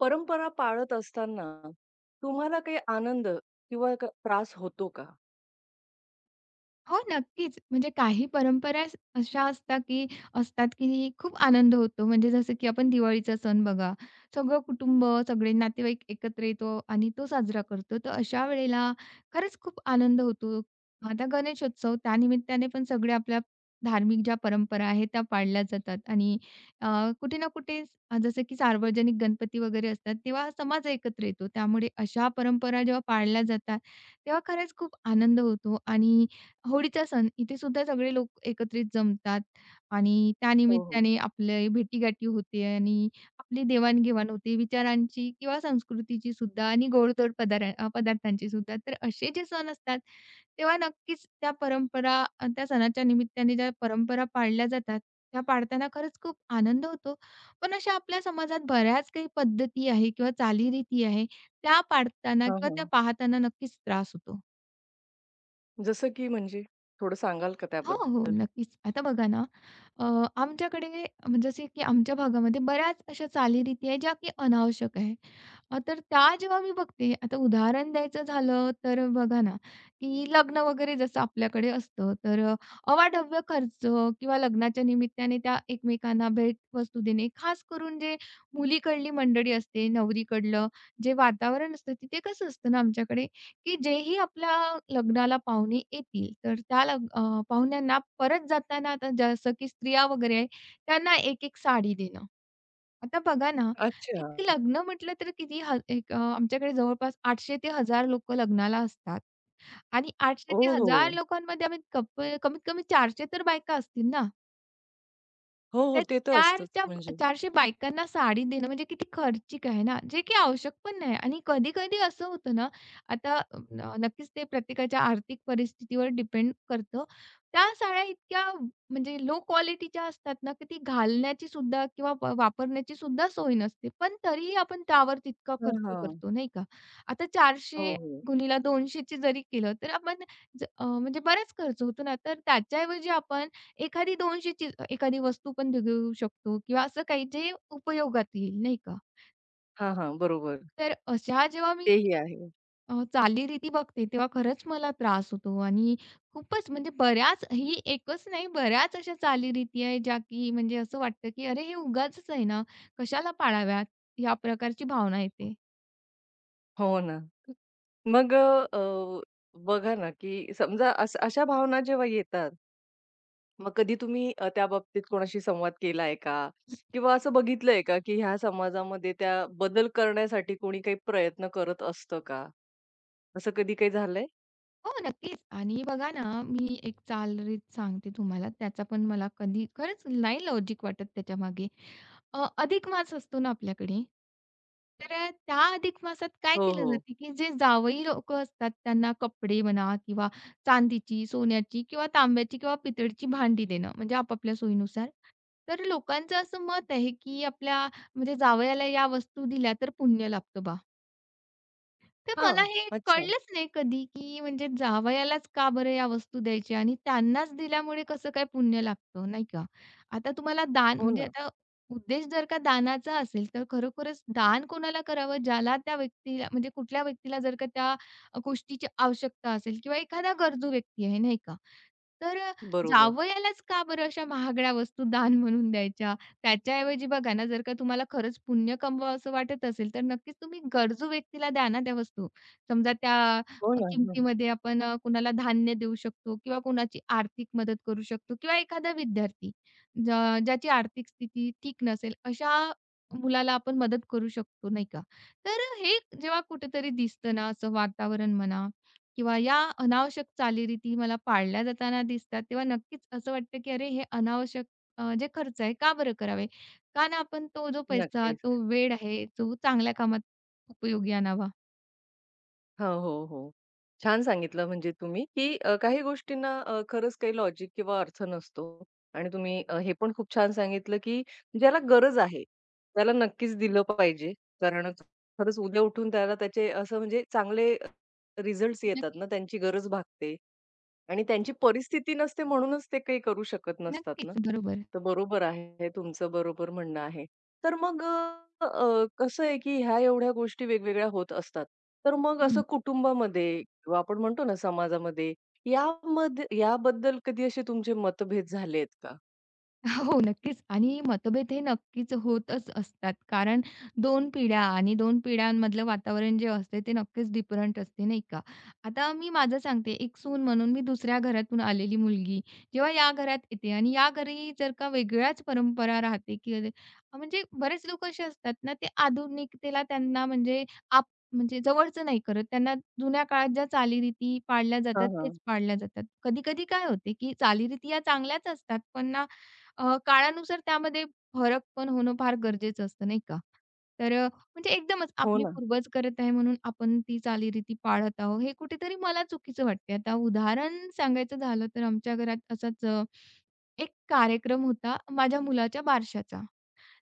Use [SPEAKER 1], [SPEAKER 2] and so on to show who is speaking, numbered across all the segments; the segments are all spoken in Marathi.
[SPEAKER 1] परंपरा पाळत असताना तुम्हाला काही आनंद किंवा त्रास होतो का?
[SPEAKER 2] हो, नक्कीच. म्हणजे काही परंपरा अशा असतात, की खूप आनंद होतो. म्हणजे जसं की आपण दिवाळीचा सण बघा, सगळं कुटुंब, सगळे नातेवाईक एकत्र येतो आणि तो साजरा करतो. तर अशा वेळेला खरंच खूप आनंद होतो. आता गणेशोत्सव, त्यानिमित्ताने पण सगळ्या आपल्या धार्मिक ज्या परंपरा आहेत, त्या पाळल्या जातात आणि अ, कुठे ना कुठे जसं की सार्वजनिक गणपती वगैरे असतात, तेव्हा समाज एकत्र येतो. त्यामुळे अशा परंपरा जेव्हा पाळल्या जातात, तेव्हा खरंच खूप आनंद होतो आणि होळीचा सण इथे सुद्धा सगळे लोक एकत्रित जमतात आणि
[SPEAKER 1] हो, हो.
[SPEAKER 2] त्यानिमित्ताने आपले भेटीगाठी होते आणि आपली देवाणघेवाण होते विचारांची किंवा संस्कृतीची सुद्धा आणि गोडधोड पदार्थांची सुद्धा. तर असे जे सण असतात तेव्हा नक्कीच त्या परंपरा त्या सणाच्या निमित्ताने ज्या परंपरा पाळल्या जातात, त्या पाळताना खरंच खूप आनंद होतो. पण अशा आपल्या समाजात बऱ्याच काही पद्धती आहे किंवा चालीरीती आहे, त्या पाळताना
[SPEAKER 1] हां,
[SPEAKER 2] किंवा त्या
[SPEAKER 1] हां.
[SPEAKER 2] पाहताना नक्कीच त्रास होतो.
[SPEAKER 1] जसं की म्हणजे? थोडं सांगाल का
[SPEAKER 2] हो, हो.
[SPEAKER 1] त्याबद्दल?
[SPEAKER 2] नक्कीच. आता बघा ना, अ, आमच्याकडे म्हणजे असे की आमच्या भागामध्ये बऱ्याच अशा चालीरीती आहेत ज्या की अनावश्यक. तर त्या जेव्हा मी बघते, आता उदाहरण द्यायचं झालं, तर बघा ना, की लग्न वगैरे जसं आपल्याकडे असतं, तर अवाढव्य खर्च किंवा लग्नाच्या निमित्ताने त्या एकमेकांना भेटवस्तू देणे, खास करून जे मुलीकडली मंडळी असते, नवरीकडलं जे वातावरण असतं, तिथे कसं असतं ना आमच्याकडे, की जेही आपल्या लग्नाला पाहुणे येतील, तर त्या पाहुण्यांना परत जाताना आता जसं की स्त्रिया वगैरे आहे, त्यांना एक-एक साडी देणं. आता बघा ना, एक
[SPEAKER 1] अच्छा.
[SPEAKER 2] लग्न म्हटलं तर किती ह एक अ, आमच्याकडे जवळपास 800 ते 1000 लोकं लग्नाला असतात आणि 800
[SPEAKER 1] ओ,
[SPEAKER 2] ते
[SPEAKER 1] हो,
[SPEAKER 2] 1000
[SPEAKER 1] हो.
[SPEAKER 2] लोकांमध्ये आम्ही कमीत कमी 400 तर बायका असतील ना.
[SPEAKER 1] हो ते तर
[SPEAKER 2] त्या
[SPEAKER 1] असतंच
[SPEAKER 2] 4च्या
[SPEAKER 1] म्हणजे.
[SPEAKER 2] 400 बायकांना साडी देणं म्हणजे किती खर्चिक आहे ना, जे की आवश्यक पण नाही आणि कधी-कधी असं होतं ना, आता अ, नक्कीच ते प्रत्येकाच्या आर्थिक परिस्थितीवर डिपेंड करतं. त्या साड्या इतक्या म्हणजे लो क्वालिटीच्या असतात ना, की ती घालण्याची सुद्धा किंवा वापरण्याची सुद्धा सोय नसते. पण तरीही आपण त्यावर तितका
[SPEAKER 1] हां,
[SPEAKER 2] खर्च
[SPEAKER 1] हां.
[SPEAKER 2] करतो, नाही का? आता
[SPEAKER 1] हो,
[SPEAKER 2] 400
[SPEAKER 1] हो.
[SPEAKER 2] गुणीला 200 जरी केलं, तर आपण म्हणजे बराच खर्च होतो ना, तर त्याच्याऐवजी आपण एखादी 200 ची एखादी वस्तू पण घेऊ शकतो किंवा असं काही जे उपयोगात येईल, नाही का?
[SPEAKER 1] हां, हां. बरोबर.
[SPEAKER 2] तर अशा जेव्हा मी
[SPEAKER 1] तेही आहे.
[SPEAKER 2] चालीरीती बघते, तेव्हा खरंच मला त्रास होतो आणि खूपच म्हणजे बऱ्याच ही एकच नाही, बऱ्याच अशा चालीरीती आहेत, ज्या की म्हणजे असं वाटतं, की "अरे, हे उगाचच आहे ना, कशाला पाळाव्यात?" या प्रकारची भावना येते.
[SPEAKER 1] हो ना. मग अ, अ, बघा ना, की समजा अशा भावना जेव्हा येतात, मग कधी तुम्ही त्या बाबतीत कोणाशी संवाद केलाय का? किंवा असं बघितलंय का, की ह्या समाजामध्ये त्या बदल करण्यासाठी कोणी काही प्रयत्न करत असतं का? असं कधी काही झालंय?
[SPEAKER 2] हो, नक्कीच. आणि बघा ना, मी एक चालरीत सांगते तुम्हाला. त्याचा पण मला कधी खरंच नाही लॉजिक वाटत त्याच्यामागे. अधिक मास असतो ना आपल्याकडे, तर त्या अधिक मासात काय
[SPEAKER 1] हो,
[SPEAKER 2] केलं
[SPEAKER 1] हो.
[SPEAKER 2] जातं, की जे जावई लोकं असतात त्यांना कपडे म्हणा किंवा चांदीची, सोन्याची किंवा तांब्याची किंवा पितळची भांडी देणं, म्हणजे आपापल्या सोयीनुसार. तर लोकांचं असं मत आहे, की आपल्या म्हणजे जावयाला या वस्तू दिल्या तर पुण्य लाभतं बा. तर मला
[SPEAKER 1] हां.
[SPEAKER 2] हे
[SPEAKER 1] अच्छा.
[SPEAKER 2] कळलंच नाही कधी, की म्हणजे जावयालाच का बरं या वस्तू द्यायच्या आणि त्यांनाच दिल्यामुळे कसं काय पुण्य लागतं, नाही का? आता तुम्हाला दान
[SPEAKER 1] हो
[SPEAKER 2] म्हणजे
[SPEAKER 1] ना.
[SPEAKER 2] आता उद्देश जर का दानाचा असेल, तर खरोखरच दान कोणाला करावं? ज्याला त्या व्यक्तीला म्हणजे कुठल्या व्यक्तीला जर का त्या गोष्टीची आवश्यकता असेल किंवा एखादा गरजू व्यक्ती आहे, नाही का? तर
[SPEAKER 1] बरोबर.
[SPEAKER 2] जावयालाच का बरं अशा महागड्या वस्तू दान म्हणून द्यायच्या? त्याच्याऐवजी बघा ना, जर का तुम्हाला खरंच पुण्य कमवावसं वाटत असेल, तर नक्कीच तुम्ही गरजू व्यक्तीला द्या ना त्या वस्तू. समजा त्या
[SPEAKER 1] हो ना. हं.
[SPEAKER 2] किमतीमध्ये आपण कुणाला धान्य देऊ शकतो किंवा कुणाची आर्थिक मदत करू शकतो किंवा एखादा विद्यार्थी ज ज्याची आर्थिक स्थिती ठीक नसेल, अशा मुलाला आपण मदत करू शकतो, नाही का? तर हे जेव्हा कुठेतरी दिसतं ना, असं वातावरण म्हणा किंवा या अनावश्यक चालीरीती मला पाळल्या जाताना दिसतात, तेव्हा नक्कीच असं वाटतं, की अरे हे अनावश्यक जे खर्च आहे, का बरं करावे? का ना आपण तो जो पैसा, तो
[SPEAKER 1] नक्कीच.
[SPEAKER 2] वेळ आहे, तो चांगल्या कामात उपयोगी आणावा.
[SPEAKER 1] हो, हो, हो. छान सांगितलं म्हणजे तुम्ही, की काही गोष्टींना खरंच काही लॉजिक किंवा अर्थ नसतो आणि तुम्ही हे पण खूप छान सांगितलं, की ज्याला गरज आहे, त्याला नक्कीच दिलं पाहिजे. कारण खरंच उद्या उठून त्याला त्याचे असं म्हणजे चांगले रिझल्ट्स येतात
[SPEAKER 2] नक्कीच,
[SPEAKER 1] ना, त्यांची गरज भागते. आणि त्यांची परिस्थिती नसते म्हणूनच ते काही करू शकत नसतात ना.
[SPEAKER 2] नक्कीच. बरोबर.
[SPEAKER 1] तर बरोबर आहे, तुमचं बरोबर म्हणणं आहे. तर मग अ, अ, कसं आहे की ह्या एवढ्या गोष्टी वेगवेगळ्या होत असतात. तर मग असं
[SPEAKER 2] हं.
[SPEAKER 1] कुटुंबामध्ये किंवा आपण म्हणतो ना समाजामध्ये यामध्ये याबद्दल कधी असे तुमचे मतभेद झालेत का?
[SPEAKER 2] हो, नक्कीच आणि मतभेद हे नक्कीच होतच असतात. कारण 2 पिढ्या आणि 2 पिढ्यांमधलं वातावरण जे असते ते नक्कीच डिफरंट असते, नाही का? आता मी माझं सांगते, एक सून म्हणून मी दुसऱ्या घरातून आलेली मुलगी जेव्हा या घरात येते आणि या घरी जर का वेगळ्याच परंपरा राहते, की म्हणजे बरेच लोक असे असतात ना, ते आधुनिकतेला त्यांना म्हणजे आप म्हणजे जवळचं नाही करत. त्यांना जुन्या काळात ज्या चालीरीती पाळल्या
[SPEAKER 1] हां,
[SPEAKER 2] जातात,
[SPEAKER 1] हां.
[SPEAKER 2] तेच पाळल्या जातात. कधी-कधी काय होते, की चालीरीती या चांगल्याच असतात, पण ना काळानुसार त्यामध्ये फरक पण होणं फार गरजेचं असतं, नाही का? तर म्हणजे एकदमच
[SPEAKER 1] हो
[SPEAKER 2] आपली
[SPEAKER 1] ना.
[SPEAKER 2] पूर्वज करत आहे म्हणून आपण ती चालीरीती पाळत आहोत, हे कुठेतरी मला चुकीचं वाटते. आता उदाहरण सांगायचं झालं तर आमच्या घरात असाच एक कार्यक्रम होता माझ्या मुलाच्या बारशाचा.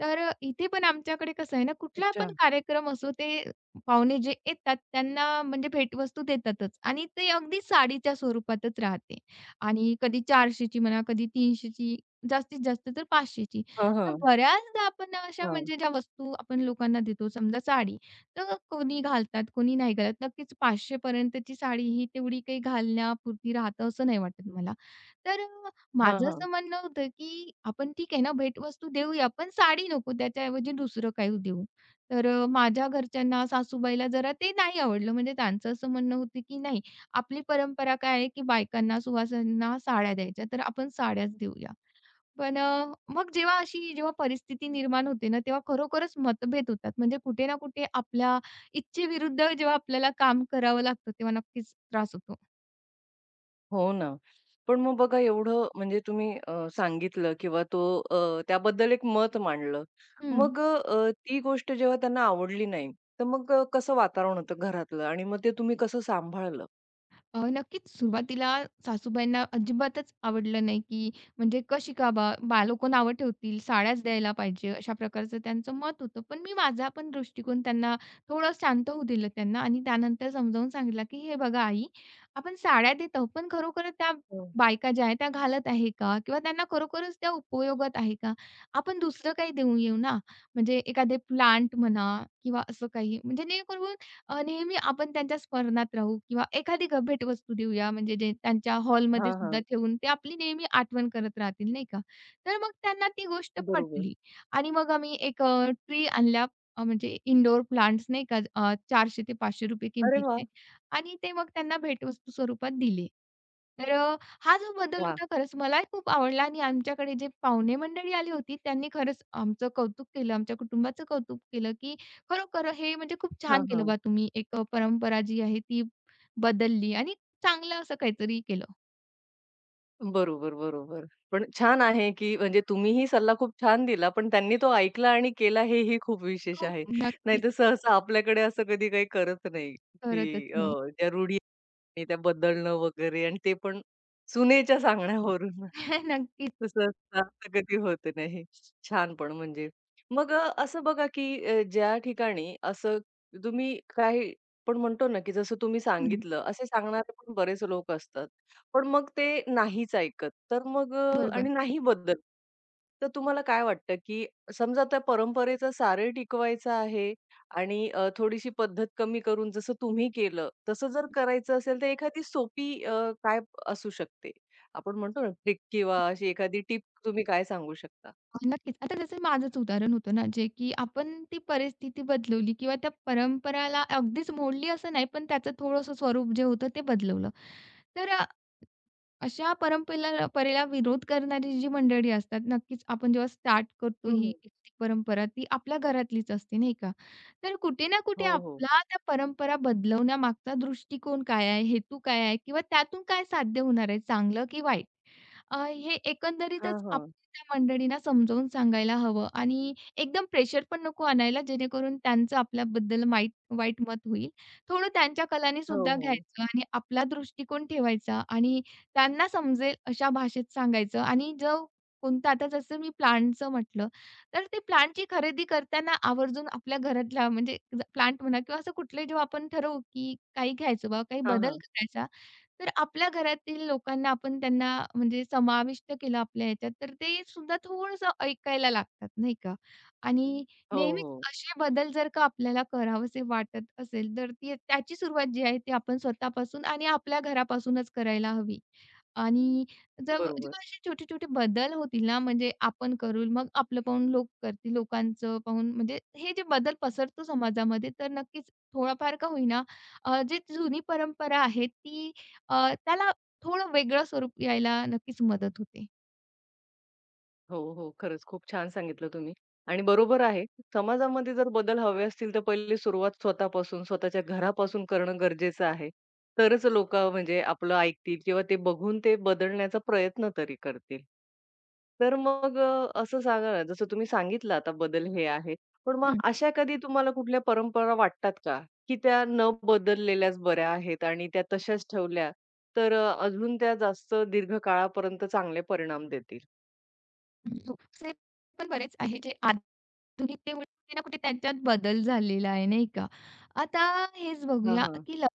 [SPEAKER 2] तर इथे पण आमच्याकडे कसं आहे ना, कुठला
[SPEAKER 1] अच्छा.
[SPEAKER 2] पण कार्यक्रम असो, ते पाहुणे जे येतात त्यांना म्हणजे भेटवस्तू देतातच आणि ते अगदी साडीच्या स्वरूपातच राहते आणि कधी 400 ची म्हणा, कधी 300 ची, जास्तीत जास्त तर 500 ची.
[SPEAKER 1] हां,
[SPEAKER 2] तर
[SPEAKER 1] हां.
[SPEAKER 2] बऱ्याचदा आपण अशा
[SPEAKER 1] हां.
[SPEAKER 2] म्हणजे ज्या वस्तू आपण लोकांना देतो, समजा साडी, तर कोणी घालतात, कोणी नाही घालत. नक्कीच 500 पर्यंतची साडी ही तेवढी काही घालण्यापुरती राहतं असं नाही वाटत मला. तर माझं
[SPEAKER 1] हां,
[SPEAKER 2] असं म्हणणं होतं, की आपण ठीक आहे ना, भेटवस्तू देऊया, पण साडी नको, त्याच्याऐवजी दुसरं काही देऊ. तर माझ्या घरच्यांना, सासूबाईला जरा ते नाही आवडलं. म्हणजे त्यांचं असं म्हणणं होतं, की नाही, आपली परंपरा काय आहे, की बायकांना, सुवासिनींना साड्या द्यायच्या, तर आपण साड्याच देऊया. पण मग जेव्हा जेव्हा परिस्थिती निर्माण होते ना, तेव्हा खरोखरच मतभेद होतात. म्हणजे कुठे ना कुठे आपल्या इच्छेविरुद्ध जेव्हा आपल्याला काम करावं लागतं, तेव्हा नक्कीच त्रास होतो.
[SPEAKER 1] हो ना. पण मग बघा एवढं म्हणजे तुम्ही सांगितलं किंवा तो त्याबद्दल एक मत मांडलं.
[SPEAKER 2] हं.
[SPEAKER 1] मग ती गोष्ट जेव्हा त्यांना आवडली नाही, तर मग कसं वातावरण होतं घरातलं आणि मग ते तुम्ही कसं सांभाळलं?
[SPEAKER 2] नक्कीच सुरुवातीला सासूबाईंना अजिबातच आवडलं नाही, की म्हणजे कशी का बा बा लोकं नावं ठेवतील, साड्याच द्यायला पाहिजे, अशा प्रकारचं त्यांचं मत होतं. पण मी माझा पण दृष्टिकोन त्यांना थोडं शांत होऊ दिलं त्यांना आणि त्यानंतर समजावून सांगितलं, की "हे बघा आई, आपण साड्या देतो, पण खरोखर त्या
[SPEAKER 1] हो.
[SPEAKER 2] बायका ज्या आहेत त्या घालत आहे का? किंवा त्यांना खरोखरच त्या उपयोगात आहे का? आपण दुसरं काही देऊन येऊ ना, म्हणजे एखादे प्लांट म्हणा किंवा असं काही, म्हणजे जेणेकरून नेहमी आपण त्यांच्या स्मरणात राहू किंवा एखादी भेटवस्तू देऊया, म्हणजे जे त्यांच्या
[SPEAKER 1] हां,
[SPEAKER 2] हॉलमध्ये सुद्धा
[SPEAKER 1] हां.
[SPEAKER 2] ठेवून ते आपली नेहमी आठवण करत राहतील, नाही का?" तर मग त्यांना ती गोष्ट
[SPEAKER 1] बरोबर.
[SPEAKER 2] पटली आणि मग आम्ही एक ट्री आणल्या, म्हणजे इंडोअर प्लांट्स नाही का, ₹400 ते ₹500
[SPEAKER 1] अरे वाह!
[SPEAKER 2] किमतीचे आणि ते मग त्यांना भेटवस्तू स्वरूपात दिले. तर हा जो बदल
[SPEAKER 1] वाह!
[SPEAKER 2] होता खरंच मलाही खूप आवडला आणि आमच्याकडे जे पाहुणे मंडळी आली होती त्यांनी खरंच आमचं कौतुक केलं, आमच्या कुटुंबाचं कौतुक केलं, की खरोखर हे म्हणजे खूप
[SPEAKER 1] हां,
[SPEAKER 2] छान केलं
[SPEAKER 1] हां.
[SPEAKER 2] बा तुम्ही, एक परंपरा जी आहे ती बदलली आणि चांगलं असं काहीतरी केलं.
[SPEAKER 1] बरोबर, बरोबर. पण छान आहे, की म्हणजे तुम्हीही सल्ला खूप छान दिला, पण त्यांनी तो ऐकला आणि केला हेही खूप विशेष
[SPEAKER 2] खूप
[SPEAKER 1] आहे.
[SPEAKER 2] नक्कीच,
[SPEAKER 1] नाहीतर सहसा आपल्याकडे असं कधी काही करत नाही,
[SPEAKER 2] करतच
[SPEAKER 1] की
[SPEAKER 2] नाही.
[SPEAKER 1] ज्या रूढी आणि त्या बदलणं वगैरे आणि ते पण सुनेच्या सांगण्यावरून.
[SPEAKER 2] नक्कीच.
[SPEAKER 1] तर सहसा असं कधी होत नाही. छान पण म्हणजे. मग असं बघा, की ज्या ठिकाणी असं तुम्ही काही पण म्हणतो ना, की जसं तुम्ही
[SPEAKER 2] हं.
[SPEAKER 1] सांगितलं, असे सांगणारे पण बरेच लोक असतात. पण मग ते नाहीच ऐकत. तर मग आणि
[SPEAKER 2] बरोबर.
[SPEAKER 1] नाही बदलत. तर तुम्हाला काय वाटतं, की समजा त्या परंपरेचं सारे टिकवायचं आहे आणि थोडीशी पद्धत कमी करून जसं तुम्ही केलं, तसं जर करायचं असेल तर एखादी सोपी काय असू शकते? आपण म्हणतो ना ट्रिक किंवा अशी एखादी टिप तुम्ही काय सांगू शकता?
[SPEAKER 2] नक्कीच. आता जसं माझंच उदाहरण होतं ना, जे की आपण ती परिस्थिती बदलवली किंवा त्या परंपराला अगदीच मोडली असं नाही, पण त्याचं थोडंसं स्वरूप जे होतं ते बदलवलं. तर अशा परंपरेला विरोध करणारी जी मंडळी असतात, नक्कीच आपण जेव्हा स्टार्ट करतो
[SPEAKER 1] हं, हं.
[SPEAKER 2] ही एक परंपरा, ती आपल्या घरातलीच असते, नाही का? तर कुठे ना कुठे
[SPEAKER 1] हो, हो.
[SPEAKER 2] आपला त्या परंपरा बदलवण्यामागचा दृष्टिकोन काय आहे, हेतू काय आहे किंवा त्यातून काय साध्य होणार आहे, चांगलं की वाईट? हे
[SPEAKER 1] हां,
[SPEAKER 2] एकंदरीतच आपण
[SPEAKER 1] हां.
[SPEAKER 2] त्या मंडळींना समजावून सांगायला हवं आणि एकदम प्रेशर पण नको आणायला, जेणेकरून त्यांचं आपल्याबद्दल वाईट मत होईल. थोडं त्यांच्या कलानी
[SPEAKER 1] हो,
[SPEAKER 2] सुद्धा
[SPEAKER 1] हो.
[SPEAKER 2] घ्यायचं आणि आपला दृष्टिकोन ठेवायचा आणि त्यांना समजेल अशा भाषेत सांगायचं आणि जो कोणता आता जसं मी प्लांटचं म्हटलं, तर ते प्लांटची खरेदी करताना आवर्जून आपल्या घरातला म्हणजे प्लांट म्हणा किंवा असं कुठलंही जेव्हा आपण ठरवू, की काही घ्यायचं बा, काही
[SPEAKER 1] हां,
[SPEAKER 2] बदल
[SPEAKER 1] हां.
[SPEAKER 2] करायचा, तर आपल्या घरातील लोकांना आपण त्यांना म्हणजे समाविष्ट केलं आपल्या ह्याच्यात, तर ते सुद्धा थोडंसं ऐकायला लागतात, नाही का? आणि
[SPEAKER 1] हो,
[SPEAKER 2] नेहमीच
[SPEAKER 1] हो.
[SPEAKER 2] असे बदल जर का आपल्याला करावेसे वाटत असेल, तर ती त्याची सुरुवात जी आहे ती आपण स्वतःपासून आणि आपल्या घरापासूनच करायला हवी. आणि
[SPEAKER 1] बरोबर.
[SPEAKER 2] जेव्हा असे छोटे-छोटे बदल होतील ना, म्हणजे आपण करू, मग आपलं पाहून लोक करतील, लोकांचं पाहून म्हणजे हे जे बदल पसरतो समाजामध्ये, तर नक्कीच थोडाफार का होईना जे जुनी परंपरा आहे ती त्याला थोडं वेगळं स्वरूप यायला नक्कीच मदत होते.
[SPEAKER 1] हो, हो. खरंच खूप छान सांगितलं तुम्ही आणि बरोबर आहे. समाजामध्ये जर बदल हवे असतील, तर पहिली सुरुवात स्वतःपासून, स्वतःच्या घरापासून करणं गरजेचं आहे. तरच लोकं म्हणजे आपलं ऐकतील किंवा ते बघून ते बदलण्याचा प्रयत्न तरी करतील. तर मग असं सांगा ना, जसं तुम्ही सांगितलं आता बदल हे आहे. पण मग अशा कधी तुम्हाला कुठल्या परंपरा वाटतात का, की त्या न बदललेल्याच बऱ्या आहेत आणि त्या तशाच ठेवल्या तर अजून त्या जास्त दीर्घ काळापर्यंत चांगले परिणाम देतील?
[SPEAKER 2] हो. असे पण बरेच आहे जे आधुनिकतेमुळे कुठे ना कुठे त्यांच्यात बदल झालेला आहे, नाही का? आता हेच बघूया,
[SPEAKER 1] हां,
[SPEAKER 2] की लग्न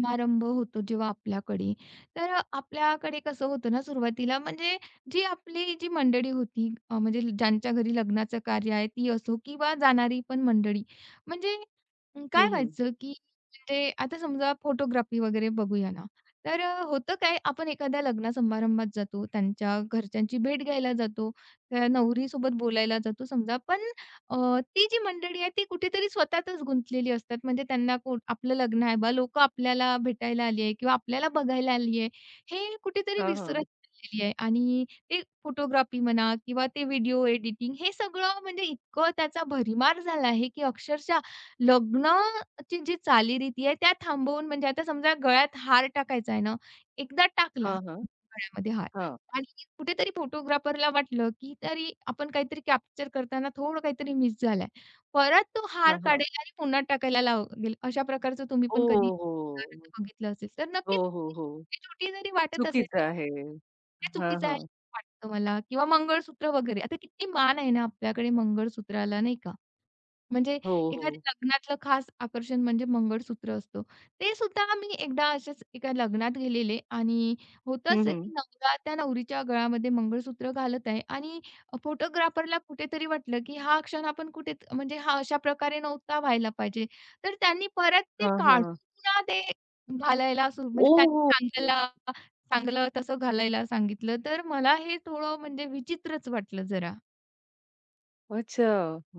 [SPEAKER 2] समारंभ होतो जेव्हा आपल्याकडे, तर आपल्याकडे कसं होतं ना सुरुवातीला म्हणजे जी मंडळी होती, म्हणजे ज्यांच्या घरी लग्नाचं कार्य आहे ती असो किंवा जाणारी पण मंडळी. म्हणजे
[SPEAKER 1] हं,
[SPEAKER 2] काय
[SPEAKER 1] हं.
[SPEAKER 2] व्हायचं, की म्हणजे आता समजा फोटोग्राफी वगैरे बघूया ना, तर होतं काय, आपण एखाद्या लग्न समारंभात जातो, त्यांच्या घरच्यांची भेट घ्यायला जातो. त्या नवरीसोबत बोलायला जातो समजा, पण ती जी मंडळी आहे ती कुठेतरी स्वतःतच गुंतलेली असतात. म्हणजे त्यांना कोण आपलं लग्न आहे बा, लोकं आपल्याला भेटायला आली आहे किंवा आपल्याला बघायला आली आहे, हे कुठेतरी
[SPEAKER 1] हां, हां.
[SPEAKER 2] विसरत चाललेली आहे आणि ते फोटोग्राफी म्हणा किंवा ते व्हिडिओ एडिटिंग हे सगळं म्हणजे इतकं त्याचा भडीमार झाला आहे, की अक्षरशः लग्नाची जी चालीरीती आहे त्या थांबवून म्हणजे आता समजा गळ्यात हार टाकायचा आहे ना, एकदा टाकला
[SPEAKER 1] हां, हां.
[SPEAKER 2] उन्हाळ्यामध्ये हां.
[SPEAKER 1] हां.
[SPEAKER 2] आणि कुठेतरी फोटोग्राफरला वाटलं, की तरी आपण काहीतरी कॅप्चर करताना थोडं काहीतरी मिस झालंय. परत तो हार
[SPEAKER 1] हां, हां.
[SPEAKER 2] काढेल आणि पुन्हा टाकायला लागेल. अशा प्रकारचं तुम्ही
[SPEAKER 1] हो,
[SPEAKER 2] पण कधी
[SPEAKER 1] हो.
[SPEAKER 2] उदाहरण बघितलं असेल, तर
[SPEAKER 1] हो,
[SPEAKER 2] नक्कीच
[SPEAKER 1] हो, हो.
[SPEAKER 2] ते छोटी जरी वाटत असेल
[SPEAKER 1] चुकीचं
[SPEAKER 2] तर
[SPEAKER 1] आहे.
[SPEAKER 2] ते
[SPEAKER 1] हां,
[SPEAKER 2] चुकीचं
[SPEAKER 1] हां.
[SPEAKER 2] आहे वाटतं मला किंवा मंगळसूत्र वगैरे. आता किती मान आहे ना आपल्याकडे मंगळसूत्राला नाही का? म्हणजे
[SPEAKER 1] हो, हो.
[SPEAKER 2] एखाद्या लग्नातलं खास आकर्षण म्हणजे मंगळसूत्र असतो. ते सुद्धा मी एकदा असेच एका लग्नात गेलेले आणि होतंच
[SPEAKER 1] हं, हं.
[SPEAKER 2] की नवरा त्या नवरीच्या गळ्यामध्ये मंगळसूत्र घालत आहे आणि फोटोग्राफरला कुठेतरी वाटलं की हा क्षण आपण कुठे म्हणजे हा अशा प्रकारे नव्हता व्हायला पाहिजे. तर त्यांनी परत ते
[SPEAKER 1] हां,
[SPEAKER 2] काढून
[SPEAKER 1] हां.
[SPEAKER 2] पुन्हा ते घालायला सुरू म्हणजे त्यांनी
[SPEAKER 1] ओह!
[SPEAKER 2] सांगायला चांगलं तसं घालायला सांगितलं. तर मला हे थोडं म्हणजे विचित्रच वाटलं जरा.
[SPEAKER 1] अच्छा.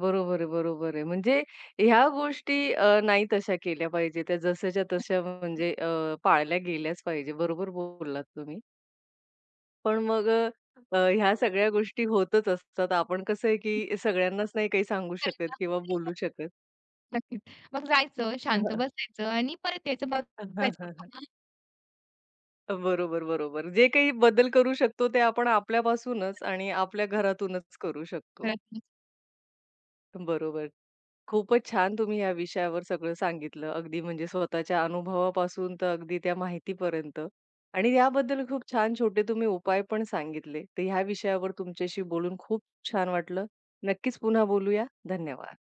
[SPEAKER 1] बरोबर आहे, बरोबर आहे. म्हणजे ह्या गोष्टी नाही तशा केल्या पाहिजे. त्या जशाच्या तशा म्हणजे पाळल्या गेल्याच पाहिजे. बरोबर बोललात तुम्ही. पण मग अ, अ, ह्या सगळ्या गोष्टी होतच असतात. आपण कसं आहे, की सगळ्यांनाच नाही काही सांगू शकत किंवा बोलू शकत.
[SPEAKER 2] नक्कीच. मग जायचं, शांत बसायचं आणि परत यायचं बघायचं
[SPEAKER 1] हां.
[SPEAKER 2] फक्त.
[SPEAKER 1] बरोबर, बरोबर. जे काही बदल करू शकतो ते आपण आपल्यापासूनच आणि आपल्या घरातूनच करू शकतो. बरोबर. खूपच छान तुम्ही या विषयावर सगळं सांगितलं. अगदी म्हणजे स्वतःच्या अनुभवापासून तर अगदी त्या माहितीपर्यंत आणि याबद्दल खूप छान छोटे तुम्ही उपाय पण सांगितले. तर ह्या विषयावर तुमच्याशी बोलून खूप छान वाटलं. नक्कीच पुन्हा बोलूया. धन्यवाद.